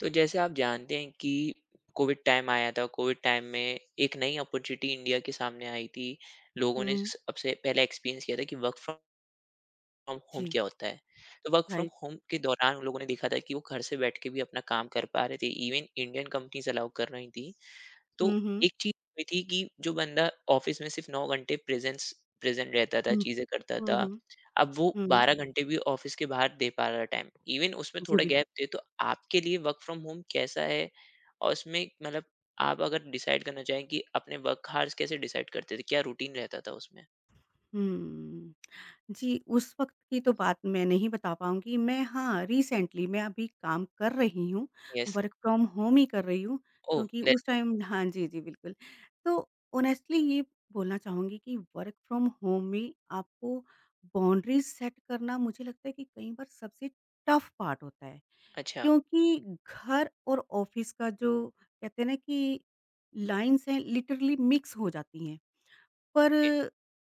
तो जैसे आप जानते हैं कि कोविड टाइम आया था। कोविड टाइम में एक नई अपॉर्चुनिटी इंडिया के सामने आई थी। लोगों ने हुँ, सबसे पहले एक्सपीरियंस किया था कि वर्क फ्रॉम होम जी, क्या होता है। तो वर्क फ्रॉम राइट। होम के दौरान उन लोगों ने देखा था कि वो घर से बैठ के भी अपना काम कर पा रहे थे, इवन इंडियन कंपनीज अलाउ कर रही थी। तो हुँ, हुँ। एक चीज हुई थी कि जो बंदा ऑफिस में सिर्फ 9 घंटे प्रेजेंस प्रेजेंट रहता था, हुँ, चीजें करता हुँ, था, हुँ, अब वो हुँ। 12 घंटे भी ऑफिस के बाहर दे पा रहा टाइम। इवन उसमें जी, थोड़ा बिल गैप दे तो आपके लिए वर्क फ्रॉम होम कैसा है? और उसमें मतलब आप अगर डिसाइड करना चाहें कि अपने वर्क हार्स कैसे डिसाइड करते थे, क्या रूटीन रहता था उसमें? हुँ। जी, उस वक़्त की तो बात मैं नहीं बता पाऊँगी। मैं हाँ, रिसेंटली मैं अभी काम कर रही हूँ, यस। वर्क फ्रॉम होम ही कर रही हूँ, ओह क्योंकि देन। उस टाइम हाँ जी, जी, बिल्कुल। तो ऑनेस्टली ये बोलना चाहूँगी कि वर्क फ्रॉम होम में आपको बाउंड्रीज़ सेट करना मुझे लगता है कि कई बार सबसे टफ़ पार्ट होता है। अच्छा। क्योंकि घर और ऑफिस का जो कहते हैं ना कि लाइन्स हैं लिटरली मिक्स हो जाती हैं। पर ओके।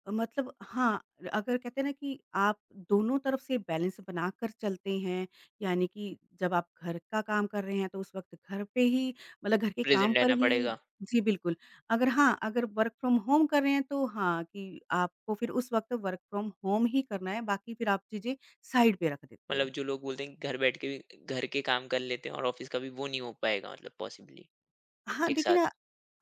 मतलब हाँ, अगर कहते हैं ना कि आप दोनों तरफ से बैलेंस बनाकर चलते हैं, यानी कि जब आप घर का काम कर रहे हैं तो उस वक़्त घर पे ही मतलब घर के काम प्रेजेंट पर रहना ही पड़ेगा। जी, बिल्कुल। अगर हाँ, अगर वर्क फ्रॉम होम कर रहे हैं तो हाँ, कि आपको फिर उस वक़्त वर्क फ्रॉम होम ही करना है, बाकी फिर आप चीज़ें साइड पे रख देते मतलब हो। जो लोग बोलते हैं कि घर बैठ के भी घर के काम कर लेते हैं और ऑफिस का भी, वो नहीं हो पाएगा मतलब पॉसिबली हाँ, एक देखिए साथ। ना,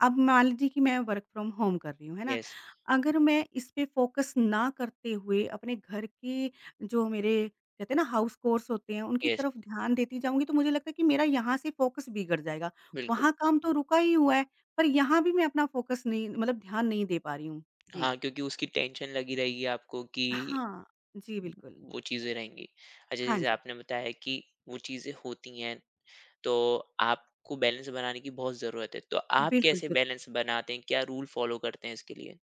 अब मान लीजिए कि मैं वर्क फ्रॉम होम कर रही हूँ, है ना? यस। अगर मैं इस पे फ़ोकस ना करते हुए अपने घर के जो मेरे कहते हैं ना हाउस कोर्स होते हैं, उनकी तरफ ध्यान देती जाऊँगी तो मुझे लगता है कि मेरा यहाँ से फ़ोकस बिगड़ जाएगा। बिल्कुल। वहाँ काम तो रुका ही हुआ है, पर यहाँ भी मैं अपना फ़ोकस नहीं मतलब ध्यान नहीं दे पा रही हूँ। जी। हाँ, क्योंकि उसकी टेंशन लगी रहेगी आपको कि हाँ। जी, बिल्कुल। वो चीज़ें रहेंगी। अच्छा, हाँ जैसे जी। आपने बताया कि वो चीज़ें होती हैं, तो आपको बैलेंस बनाने की बहुत ज़रूरत है। तो आप बिल्कुल, कैसे बिल बैलेंस बनाते हैं? क्या रूल फ़ॉलो करते हैं इसके लिए?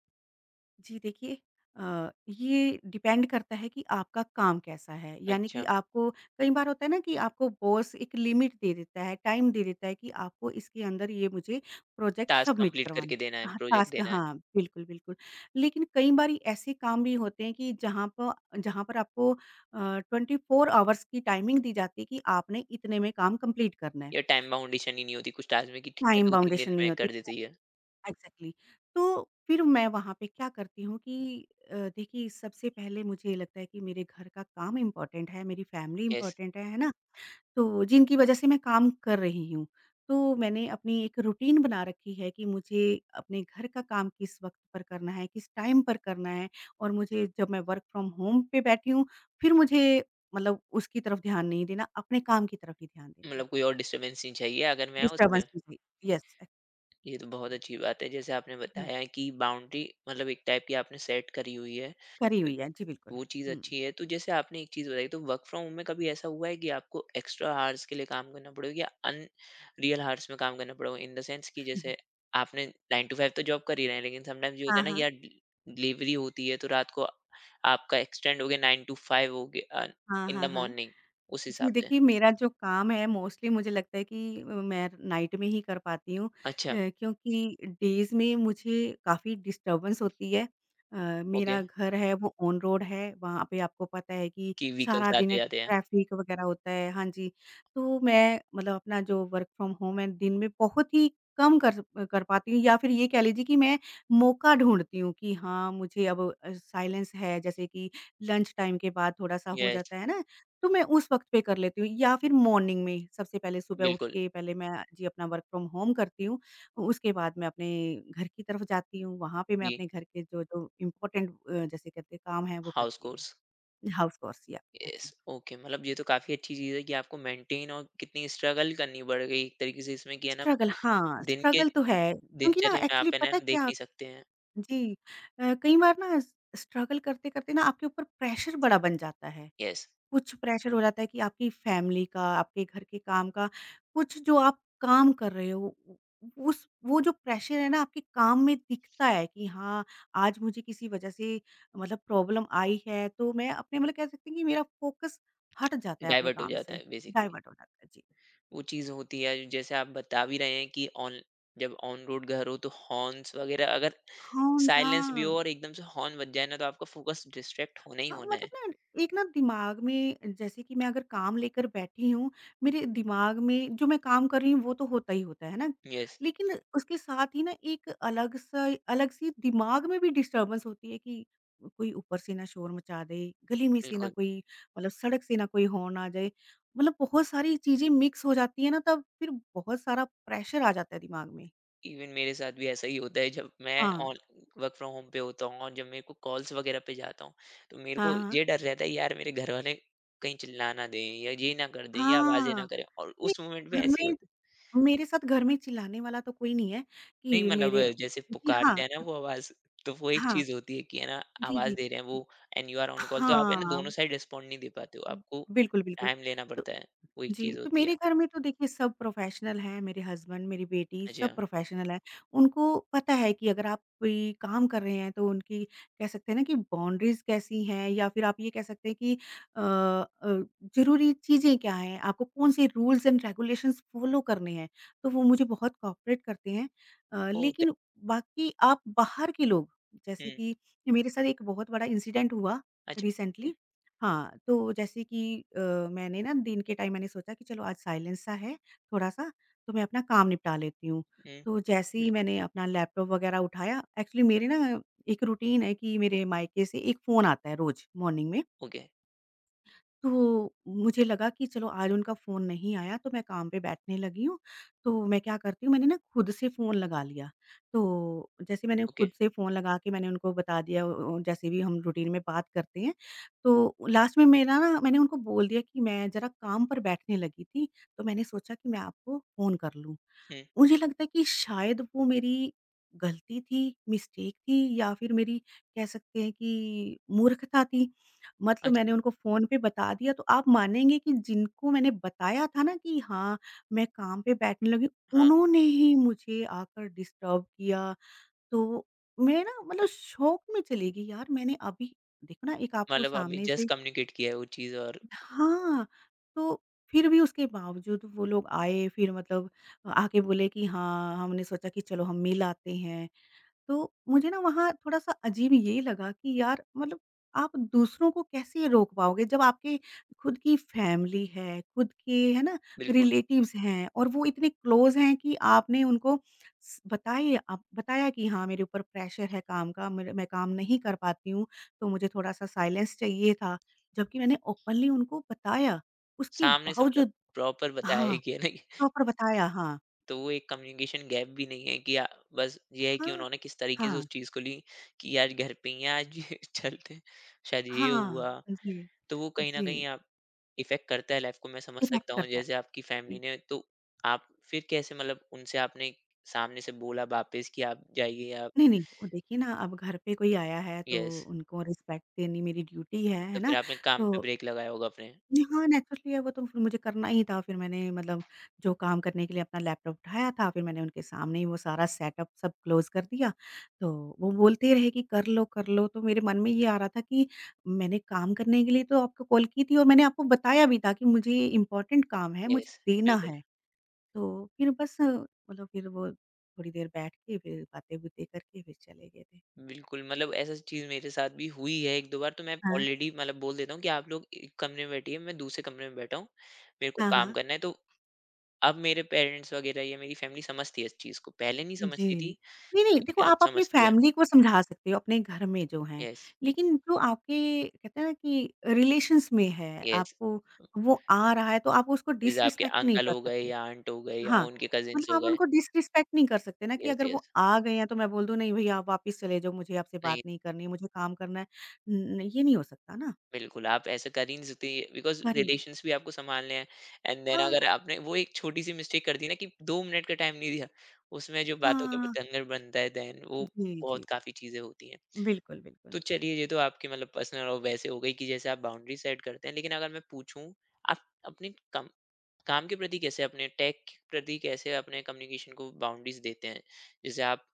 जी देखिए ये डिपेंड करता है कि आपका काम कैसा है। यानी कि अच्छा। आपको कई बार होता है ना कि आपको बॉस एक लिमिट दे देता है, टाइम दे देता है कि आपको इसके अंदर ये मुझे प्रोजेक्ट टास्क सबमिट कंप्लीट करवाना करके देना है, हाँ, प्रोजेक्ट टास्क देना है हाँ, बिल्कुल, बिल्कुल। लेकिन कई बारी ऐसे काम भी होते हैं कि जहाँ पर आपको 24 आवर्स की टाइमिंग दी जाती है कि आपने इतने में काम कंप्लीट करना है। या टाइम बाउंडेशन ही नहीं होती कुछ टास्क में कि ठीक है टाइम 2-3 दिन बाउंडेशन नहीं में होती। कर देती है। एग्ज़ैक्टली तो फिर मैं वहाँ पे क्या करती हूँ कि देखिए सबसे पहले मुझे ये लगता है कि मेरे घर का काम इम्पोर्टेंट है, मेरी फैमिली यस, इम्पोर्टेंट है ना? तो जिनकी वज़ह से मैं काम कर रही हूँ। तो मैंने अपनी एक रूटीन बना रखी है कि मुझे अपने घर का काम किस वक़्त पर करना है, किस टाइम पर करना है और मुझे जब मैं वर्क फ्रॉम होम पे बैठी हूँ, फिर मुझे मतलब उसकी तरफ ध्यान नहीं देना, अपने काम की तरफ ही ध्यान देना है। मतलब कोई और डिस्टर्बेंस नहीं चाहिए अगर मैं डिस्टर्बेंस उसमें। जी, यस ये तो बहुत एक्चुअली अच्छी बात है। जैसे आपने हुँ, बताया कि बाउंड्री मतलब एक टाइप की आपने सेट करी हुई है। करी हुई है। जी, बिल्कुल। वो चीज़ अच्छी है। तो जैसे आपने एक चीज़ बताई, तो वर्क फ्रॉम होम में कभी ऐसा हुआ है कि आपको एक्स्ट्रा आवर्स के लिए काम करना पड़े या अन रियल आवर्स में काम करना पड़ा? इन द सेंस कि हुँ। जैसे आपने 9 टू 5 तो जॉब कर ही रहे हैं, लेकिन समटाइम्स ये होता हाँ, है ना कि हाँ। यार डि डिलीवरी होती है तो रात को आपका एक्सटेंड हो गया, 9 टू 5 हो गया हाँ, इन हाँ, द हाँ। मॉर्निंग, उस हिसाब जी, से। देखिए मेरा जो काम है मोस्टली मुझे लगता है कि मैं नाइट में ही कर पाती हूँ अच्छा। क्योंकि डेज़ में मुझे काफ़ी डिस्टर्बेंस होती है। Uh, okay. मेरा घर है वो ऑन रोड है, वहाँ पे आपको पता है कि कि व्हीकल्स सारा दिन आते-जाते हैं। ट्रैफ़िक वग़ैरह होता है, हाँ जी। तो मैं मतलब अपना जो वर्क फ्रॉम होम है दिन में बहुत ही कम कर कर पाती हूँ या फिर ये कह लीजिए कि मैं मौका ढूँढती हूँ कि हाँ, मुझे अब साइलेंस है जैसे कि लंच टाइम के बाद थोड़ा-सा हो यस। जाता है ना तो मैं उस वक़्त पे कर लेती हूँ या फिर मॉर्निंग में सबसे पहले सुबह उठ बिल्कुल। के पहले मैं जी अपना वर्क फ्रॉम होम करती हूँ। उसके बाद मैं अपने घर की तरफ जाती हूँ, वहाँ पे मैं जी, अपने घर के जो-जो इम्पोर्टेंट जैसे कहते हैं काम है वो हाउस करती कोर्स। हूँ। हाउस कोर्स या यस, एब्सोल्यूटली। ओके, मतलब ये तो काफ़ी अच्छी चीज़ है कि आपको मेंटेन और कितनी स्ट्रगल करनी पड़ गई एक तरीके से इसमें, कि है ना स्ट्रगल हाँ, दिन के स्ट्रगल तो है क्योंकि ना दिनचर्या में एक्चुअली आप है ना पता है देख क्या नहीं सकते हैं। जी कई बार ना स्ट्रगल करते-करते ना आपके ऊपर प्रेशर बड़ा बन जाता है। यस, कुछ प्रेशर हो जाता है कि आपकी फैमिली का, आपके घर के काम का, कुछ जो आप काम कर रहे हो उ उस वो जो प्रेशर है ना आपके काम में दिखता है कि हाँ, आज मुझे किसी वजह से मतलब प्रॉब्लम आई है तो मैं अपने मतलब कह सकते हैं कि मेरा फ़ोकस हट जाता है अपने डाइवर्ट हो काम जाता से, है बेसिकली। डाइवर्ट हो जाता है। जी। वो चीज़ होती है जैसे आप बता भी रहे हैं कि ऑन जब ऑन रोड घर हो तो हॉर्न्स वग़ैरह अगर हाँ, साइलेंस भी हो हाँ। और एकदम से हॉर्न बज जाए ना, तो आपका फ़ोकस डिस्ट्रैक्ट होना ही हाँ, होना मतलब है। ना एक ना दिमाग में जैसे कि मैं अगर काम लेकर बैठी हूँ, मेरे दिमाग में जो मैं काम कर रही हूँ वो तो होता ही होता है ना? यस, लेकिन उसके साथ ही ना एक अलग-सी दिमाग में भी डिस्टर्बेंस होती है कि कोई ऊपर से ना शोर मचा दे, गली में से ना बिल्कुल। कोई मतलब सड़क से ना कोई हॉर्न आ जाए। मतलब बहुत सारी चीज़ें मिक्स हो जाती हैं ना तब फिर बहुत सारा प्रेशर आ जाता है दिमाग में। इवन मेरे साथ भी ऐसा ही होता है जब मैं हाँ, ऑन वर्क फ्रॉम होम पे होता हूँ और जब मेरे को कॉल्स वगैरह पे जाता हूँ, तो मेरे हाँ, को हाँ। ये डर रहता है यार मेरे घर वाले कहीं चिल्ला ना दें या ये ना कर दें या आवाजें ना हाँ, करें, और नहीं उस मोमेंट में घर ऐसी में होती। मेरे साथ घर में चिल्लाने वाला तो कोई नहीं है नहीं कि मतलब मेरे जैसे जी पुकारते हाँ, हैं ना वो आवाज, तो वो एक हाँ, चीज होती है कि है ना जी, आवाज जी। दे रहे हैं वो, and you are on call, तो आप है ना दोनों हाँ, साइड रिस्पॉन्ड नहीं दे पाते हो, आपको बिल्कुल, बिल्कुल। टाइम लेना तो पड़ता है। वो एक जी, चीज तो होती मेरे है। घर में तो देखिए सब प्रोफ़ेशनल हैं, मेरे हस्बैंड, मेरी बेटी सब अच्छा। प्रोफ़ेशनल हैं। उनको पता है कि अगर आप कोई काम कर रहे हैं तो उनकी कह सकते हैं ना कि बाउंड्रीज़ कैसी हैं या फिर आप ये कह सकते हैं कि अ अ, ज़रूरी चीज़ें क्या हैं, आपको कौन-से रूल्स एंड रेगुलेशंस फ़ॉलो करने हैं। तो वो मुझे बहुत कोऑपरेट करते हैं। ओ दे-। लेकिन बाकी आप बाहर के लोग जैसे हम्म। कि मेरे साथ एक बहुत बड़ा इंसिडेंट हुआ अच्छा। रिसेंटली हाँ, तो जैसे कि मैंने ना दिन के टाइम मैंने सोचा कि चलो आज साइलेंस सा है थोड़ा-सा, तो मैं अपना काम निपटा लेती हूँ। हम्म। तो जैसे ही बिल्कुल। मैंने अपना लैपटॉप वगैरह उठाया, एक्चुअली मेरे ना एक रूटीन है कि मेरे मायके से एक फ़ोन आता है रोज़ मॉर्निंग में। ओके। तो मुझे लगा कि चलो आज उनका फ़ोन नहीं आया तो मैं काम पे बैठने लगी हूँ, तो मैं क्या करती हूँ मैंने ना खुद से फ़ोन लगा लिया। तो जैसे मैंने ओके। खुद से फ़ोन लगा के मैंने उनको बता दिया जैसे भी हम रूटीन में बात करते हैं, तो लास्ट में मेरा ना मैंने उनको बोल दिया कि मैं ज़रा काम पर बैठने लगी थी, तो मैंने सोचा कि मैं आपको फ़ोन कर लूँ। हम्म। मुझे लगता है कि शायद वो मेरी गलती थी, मिस्टेक थी या फिर मेरी कह सकते हैं कि मूर्खता थी। मतलब अच्छा। मैंने उनको फ़ोन पे बता दिया तो आप मानेंगे कि जिनको मैंने बताया था ना कि हाँ, मैं काम पे बैठने लगी, हाँ। उन्होंने ही मुझे आकर डिस्टर्ब किया। तो मैं ना मतलब शॉक में चली गई यार मैंने अभी देखो ना एक आपको मतलब अभी सामने जस्ट से कम्युनिकेट किया है वो चीज़, और हाँ, तो फिर भी उसके बावजूद वो लोग आए फिर मतलब आके बोले कि हाँ, हमने सोचा कि चलो हम मिल आते हैं। तो मुझे ना वहाँ थोड़ा-सा अजीब ये लगा कि यार मतलब आप दूसरों को कैसे रोक पाओगे जब आपके खुद की फैमिली है, खुद के है ना बिल्कुल, रिलेटिव्स हैं और वो इतने क्लोज़ हैं कि आपने उनको स बताइए आप बताया कि हाँ, मेरे ऊपर प्रेशर है काम का, मेरे मैं काम नहीं कर पाती हूँ, तो मुझे थोड़ा-सा साइलेंस चाहिए था। जबकि मैंने ओपनली उनको बताया, उसके सामने से मतलब बावजूद प्रॉपर बताया ही हाँ, गया नहीं प्रॉपर बताया हाँ। तो वो एक कम्युनिकेशन गैप भी नहीं है कि बस ये है कि हाँ, उन्होंने किस तरीके से हाँ, उस चीज़ को ली कि आज घर पे ही हैं, आज ये चलते हैं, शायद ये हाँ, हुआ। जी, तो वो कहीं न कहीं जी, आप, इफ़ेक्ट करता है लाइफ़ को, मैं समझ इफ़ेक्ट सकता हूँ, करता जैसे है। आपकी फ़ैमिली ने तो आप फिर कैसे मतलब उनसे आपने सामने से बोला वापस कि आप जाइए आप। नहीं, नहीं, वो देखिए ना अब घर पे कोई आया है तो यस, उनको रिस्पेक्ट देनी मेरी ड्यूटी है तो फिर ना? आपने काम पे तो ब्रेक लगाया होगा अपने। हाँ, नेचुरली है वो तो फिर मुझे करना ही था फिर मैंने मतलब जो काम करने के लिए अपना लैपटॉप उठाया था फिर मैंने उनके सामने ही वो सारा सेटअप सब क्लोज़ कर दिया। तो वो बोलते रहे कि कर लो तो मेरे मन में ये आ रहा था कि मैंने काम करने के लिए तो आपको कॉल की थी और मैंने आपको बताया भी था कि मुझे ये इम्पोर्टेंट काम है, मुझे यस, देना बिल्कुल। है। तो फिर बस मतलब फिर वो थोड़ी देर बैठ के फिर बातें-बूतें करके फिर चले गए थे। बिल्कुल, मतलब ऐसा चीज़ मेरे साथ भी हुई है 1-2 बार, तो मैं हाँ। ऑलरेडी मतलब बोल देता हूँ कि आप लोग एक कमरे में बैठिए, मैं दूसरे कमरे में बैठा हूँ, मेरे को हाँ, काम हाँ। करना है। तो अब मेरे पेरेंट्स वगैरह या मेरी फैमिली समझती है इस चीज़ को, पहले नहीं जी। समझती थी, नहीं, नहीं देखो लेकिन अब आप अपनी समझती है। फैमिली को समझा सकते हो अपने घर में जो हैं। यस, लेकिन जो आपके कहते हैं ना कि रिलेशंस में है, यस। आपको वो आ रहा है तो आप उसको जैसे आपके डिसरिस्पेक्ट नहीं अंकल कर हो गए सकते। या आंट हो गए या हाँ, उनके कज़िन्स मतलब हो आप गए। उनको डिसरिस्पेक्ट नहीं कर सकते ना कि यस, अगर यस। वो आ गए हैं तो मैं बोल दूँ नहीं भई आप वापस चले जाओ मुझे आपसे बात नहीं नहीं करनी है, मुझे काम करना है। न ये नहीं हो सकता ना। बिल्कुल, आप ऐसा कर ही नहीं सकते बिकॉज़ करें। रिलेशंस भी आपको सँभालने हैं, एंड देन हाँ, अगर आपने वो एक छोटी-सी मिस्टेक कर दी ना कि 2 मिनट का टाइम नहीं दिया, उसमें जो बातों का हाँ। बतंगड़ बनता है देन वो जी, बहुत जी। काफ़ी चीज़ें होती हैं। बिल्कुल, तो बिल्कुल। चलिए, ये तो आपकी मतलब पर्सनल और वैसे हो गई कि जैसे आप बाउंड्री सेट करते हैं, लेकिन अगर मैं पूछूँ आप अपने कम काम के प्रति कैसे, अपने टेक के प्रति कैसे, अपने कम्युनिकेशन को बाउंड्रीज़ देते हैं? जैसे आप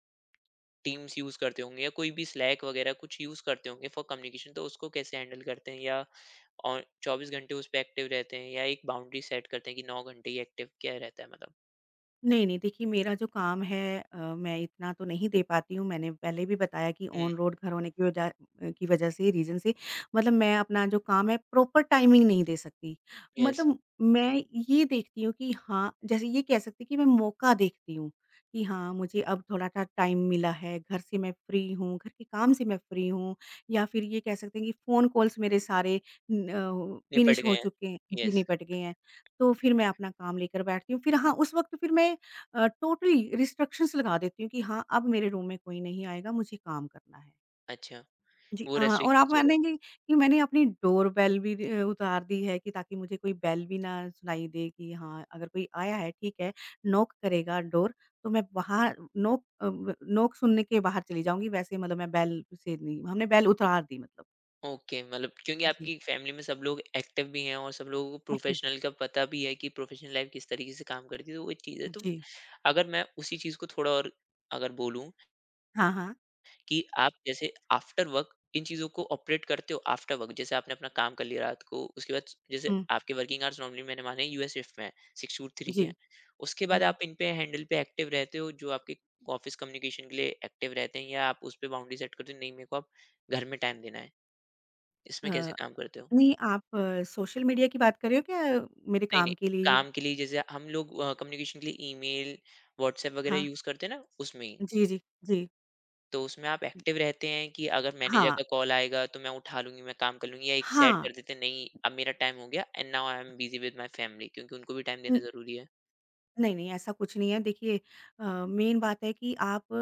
टीम्स यूज़ करते होंगे या कोई भी स्लैक वगैरह कुछ यूज़ करते होंगे फॉर कम्युनिकेशन, तो उसको कैसे हैंडल करते हैं? या और 24 घंटे उस पे एक्टिव रहते हैं या एक बाउंड्री सेट करते हैं कि 9 घंटे ही एक्टिव क्या रहता है मतलब? नहीं, नहीं, देखिए मेरा जो काम है अ, मैं इतना तो नहीं दे पाती हूँ, मैंने पहले भी बताया कि हुँ, ऑन रोड घर होने की वजह से रीज़न से मतलब मैं अपना जो काम है प्रॉपर टाइमिंग नहीं दे सकती। यस, मतलब मैं ये देखती हूँ कि हाँ, जैसे ये कह सकते हैं कि मैं मौका देखती हूँ, कि हाँ, मुझे अब थोड़ा-सा टाइम मिला है, घर से मैं फ्री हूँ, घर के काम से मैं फ्री हूँ या फिर ये कह सकते हैं कि फ़ोन कॉल्स मेरे सारे न अ, निपट फिनिश हो गए हैं। चुके हैं, जी, यस, निपट गए हैं। तो फिर मैं अपना काम लेकर बैठती हूँ, फिर हाँ, उस वक़्त फिर मैं टोटली रिस्ट्रिक्शंस लगा देती हूँ कि हाँ, अब मेरे रूम में कोई नहीं आएगा, मुझे काम करना है। अच्छा, जी, वो और आप रेस्ट्रिक्शंस हो गए। मानेंगे कि मैंने अपनी डोरबेल भी उतार दी है कि ताकि मुझे कोई बेल भी ना सुनाई दे कि हाँ, अगर कोई आया है, ठीक है, नॉक करेगा डोर, तो मैं बाहर नॉक अ, ब नॉक सुनने के बाहर चली जाऊँगी, वैसे मतलब मैं बेल से नहीं हमने बेल उतार दी मतलब। ओके, मतलब क्योंकि जी, आपकी फैमिली में सब लोग एक्टिव भी हैं और सब लोगों को एक्टिव है। प्रोफेशनल का पता भी है कि प्रोफेशनल लाइफ किस तरीके से काम करती है, तो वो चीज़ है। तो जी। अगर मैं उसी चीज़ को थोड़ा और अगर बोलूँ हाँ, हाँ। कि आप जैसे आफ्टर वर्क इन चीज़ों को ऑपरेट करते हो, आफ्टर वर्क जैसे आपने अपना काम कर लिया रात को, उसके बाद जैसे हुँ, आपके वर्किंग आवर्स नॉर्मली मैंने माने यूएस शिफ्ट में है, 6 to 3 के हैं, जी। उसके बाद हुँ। आप इन पे हैंडल पे एक्टिव रहते हो जो आपके ऑफिस कम्युनिकेशन के लिए एक्टिव रहते हैं, या आप उस पे बाउंड्री सेट करते हो नहीं मेरे को आप घर में टाइम देना है, अ, इसमें कैसे काम करते हो? नहीं, आप सोशल मीडिया की बात कर रहे हो क्या, मेरे नहीं नहीं काम के लिए? काम के लिए जैसे हम लोग कम्युनिकेशन के लिए ईमेल व्हाट्सएप वगैरह हाँ। यूज करते हैं ना उसमें ही, जी, जी, जी। तो उसमें आप एक्टिव रहते हैं कि अगर मैनेजर हाँ, का कॉल आएगा तो मैं उठा लूँगी, मैं काम कर लूँगी, या एक सेट हाँ। कर देते हैं, नहीं अब मेरा टाइम हो गया and now I am busy with my family, क्योंकि उनको भी टाइम न देना ज़रूरी है। नहीं, नहीं, ऐसा कुछ नहीं है। देखिए, मेन बात है कि आप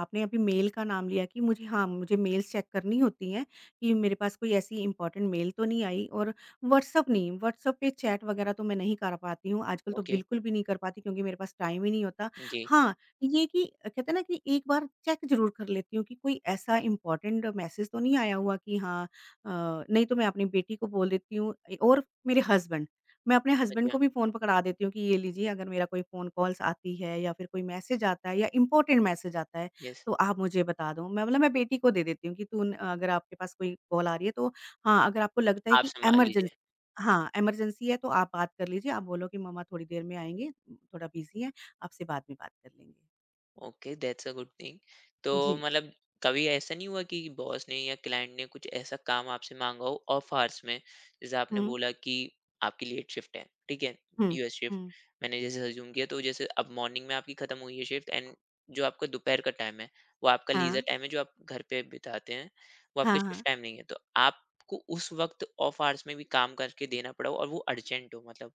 आपने अभी मेल का नाम लिया कि मुझे हाँ, मुझे मेल्स चेक करनी होती हैं कि मेरे पास कोई ऐसी इम्पोर्टेंट मेल तो नहीं आई। और व्हाट्सएप नहीं, व्हाट्सएप पे चैट वगैरह तो मैं नहीं कर पाती हूँ। आजकल तो ओके, बिल्कुल भी नहीं कर पाती क्योंकि मेरे पास टाइम ही नहीं होता। जी, हाँ, ये कि कहते हैं ना कि एक बार चेक ज़रूर कर लेती हूँ कि कोई ऐसा इम्पोर्टेंट मैसेज तो नहीं आया हुआ कि हाँ, नहीं तो मैं अपनी बेटी को बोल देती हूँ ए और मेरे हसबैंड मैं अपने हस्बैंड अच्छा, को भी फ़ोन पकड़ा देती हूँ कि ये लीजिए अगर मेरा कोई फ़ोन कॉल्स आती है या फिर कोई मैसेज आता है या इम्पोर्टेंट मैसेज आता है, यस, तो आप मुझे बता दो। मैं बेटी को दे देती हूँ कि तुन अगर आपके पास कोई कॉल आ रही है तो हाँ, अगर आपको लगता है आप कि सँभाल इमरजेंस लीजिए। हाँ, इमरजेंसी है तो आप बात कर लीजिए। आप बोलो कि मम्मा थोड़ी देर में आएँगे, थोड़ा बिज़ी हैं, आपसे बाद में बात कर लेंगे। Okay, that's a good thing. तो जी। मतलब कभी ऐसा नहीं हुआ कि बॉस ने या क्लाइंट ने कुछ ऐसा काम आपसे मांगा हो ऑफ आवर्स में, जैसे आपने हुँ, बोला कि आपकी लेट शिफ्ट है ठीक है, हुँ, यूएस शिफ्ट हुँ। मैंने जैसे अज्यूम किया, तो जैसे अब मॉर्निंग में आपकी खत्म हुई है शिफ्ट, एंड जो आपका दोपहर का टाइम है वो आपका लीजर हाँ, टाइम है जो आप घर पे बिताते हैं, वो हाँ, आपका शिफ्ट हाँ। टाइम नहीं है, तो आपको उस वक्त ऑफ आवर्स में भी काम करके देना पड़ा हो और वो अर्जेंट हो, मतलब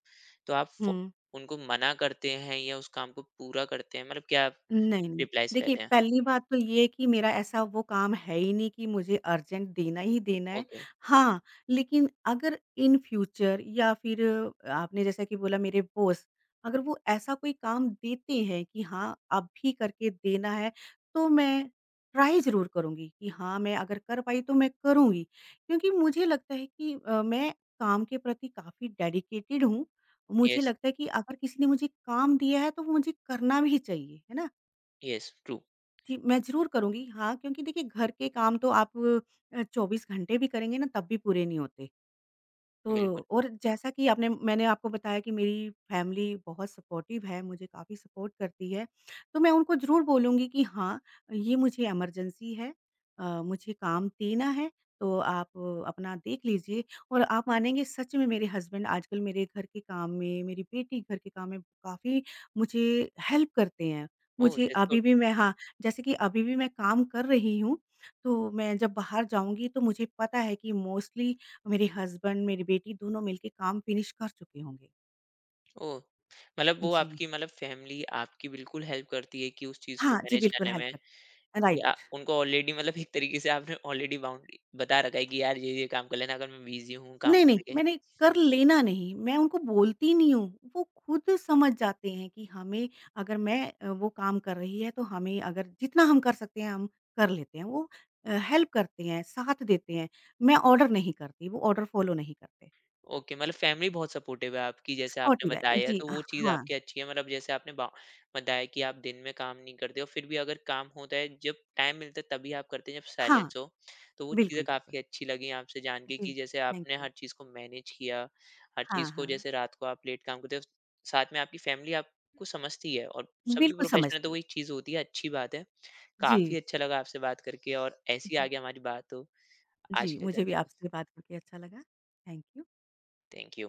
तो आप हुँ। उनको मना करते हैं या उस काम को पूरा करते हैं, मतलब क्या नहीं, नहीं। रिप्लाइज़ देखिए, रहते हैं। पहली बात तो ये है कि मेरा ऐसा वो काम है ही नहीं कि मुझे अर्जेंट देना ही देना है। ओके, हाँ, लेकिन अगर इन फ्यूचर या फिर आपने जैसा कि बोला मेरे बॉस, अगर वो ऐसा कोई काम देते हैं कि हाँ, अभी करके देना है, तो मैं ट्राई ज़रूर करूँगी कि हाँ, मैं अगर कर पाई तो मैं करूँगी। क्योंकि मुझे लगता है कि मैं काम के प्रति काफ़ी डेडिकेटेड हूँ। मुझे येस, लगता है कि अगर किसी ने मुझे काम दिया है, तो वो मुझे करना भी चाहिए, है ना? येस, ट्रू, जी, मैं ज़रूर करूँगी। हाँ, क्योंकि देखिए घर के काम तो आप 24 घंटे भी करेंगे ना तब भी पूरे नहीं होते। बिल्कुल। तो और जैसा कि आपने मैंने आपको बताया कि मेरी फैमिली बहुत सपोर्टिव है, मुझे काफ़ी सपोर्ट करती है। तो मैं उनको ज़रूर बोलूँगी कि हाँ, ये मुझे इमरजेंसी है, मुझे काम देना है, तो आप अपना देख लीजिए। और आप मानेंगे सच में मेरे हस्बैंड आजकल मेरे घर के काम में, मेरी बेटी घर के काम में काफ़ी मुझे हेल्प करते हैं। ओह! मुझे दैट्स गुड। अभी भी मैं हाँ, जैसे कि अभी भी मैं काम कर रही हूँ, तो मैं जब बाहर जाऊँगी तो मुझे पता है कि मोस्टली मेरे हस्बैंड, मेरी बेटी दोनों मिलके काम फ़िनिश कर चुके होंगे। ओह! मतलब वो जी। आपकी मतलब फैमिली आपकी बिल्कुल हेल्प करती है कि उस चीज़ को हाँ, जी मैनेज बिल्कुल करने हेल्प में, कर। कि राइट। उनको ऑलरेडी मतलब एक तरीके से आपने ऑलरेडी बाउंड्री बता रखा है कि यार ये काम कर लेना अगर मैं बिज़ी हूँ काम नहीं, नहीं करके। मैंने कर लेना नहीं, मैं उनको बोलती नहीं हूँ, वो खुद समझ जाते हैं कि हमें अगर मैं वो काम कर रही है तो हमें अगर जितना हम कर सकते हैं हम कर लेते हैं। वो हेल्प करते हैं, साथ देते हैं। मैं ऑर्डर नहीं करती, वो ऑर्डर फ़ॉलो नहीं करते। ओके, मतलब फैमिली बहुत सपोर्टिव है आपकी जैसे आपने सपोर्टिव है। बताया है, जी, तो वो चीज़ हाँ, आपकी अच्छी है मतलब जैसे आपने बा बताया कि आप दिन में काम नहीं करते हो, फिर भी अगर काम होता है जब टाइम मिलता है तभी आप करते हैं जब हाँ, साइलेंस हो। तो वो चीज़ें बिल्कुल, बिल्कुल। काफ़ी अच्छी लगी आपसे जान के जी, कि जैसे थैंक आपने यू। हर चीज़ को मैनेज किया, हर हाँ, चीज़ को हाँ, जैसे रात को आप लेट काम करते हो, साथ में आपकी फैमिली आपको समझती है और सभी बिल्कुल प्रोफेशनल, तो समझती है। वही चीज़ होती है, अच्छी बात है। जी, काफ़ी अच्छा लगा आपसे बात करके, और ऐसी जी। आगे हमारी बात हो। आज जी, के लिए मुझे भी धन्यवाद। आपसे बात करके अच्छा लगा। Thank you. Thank you.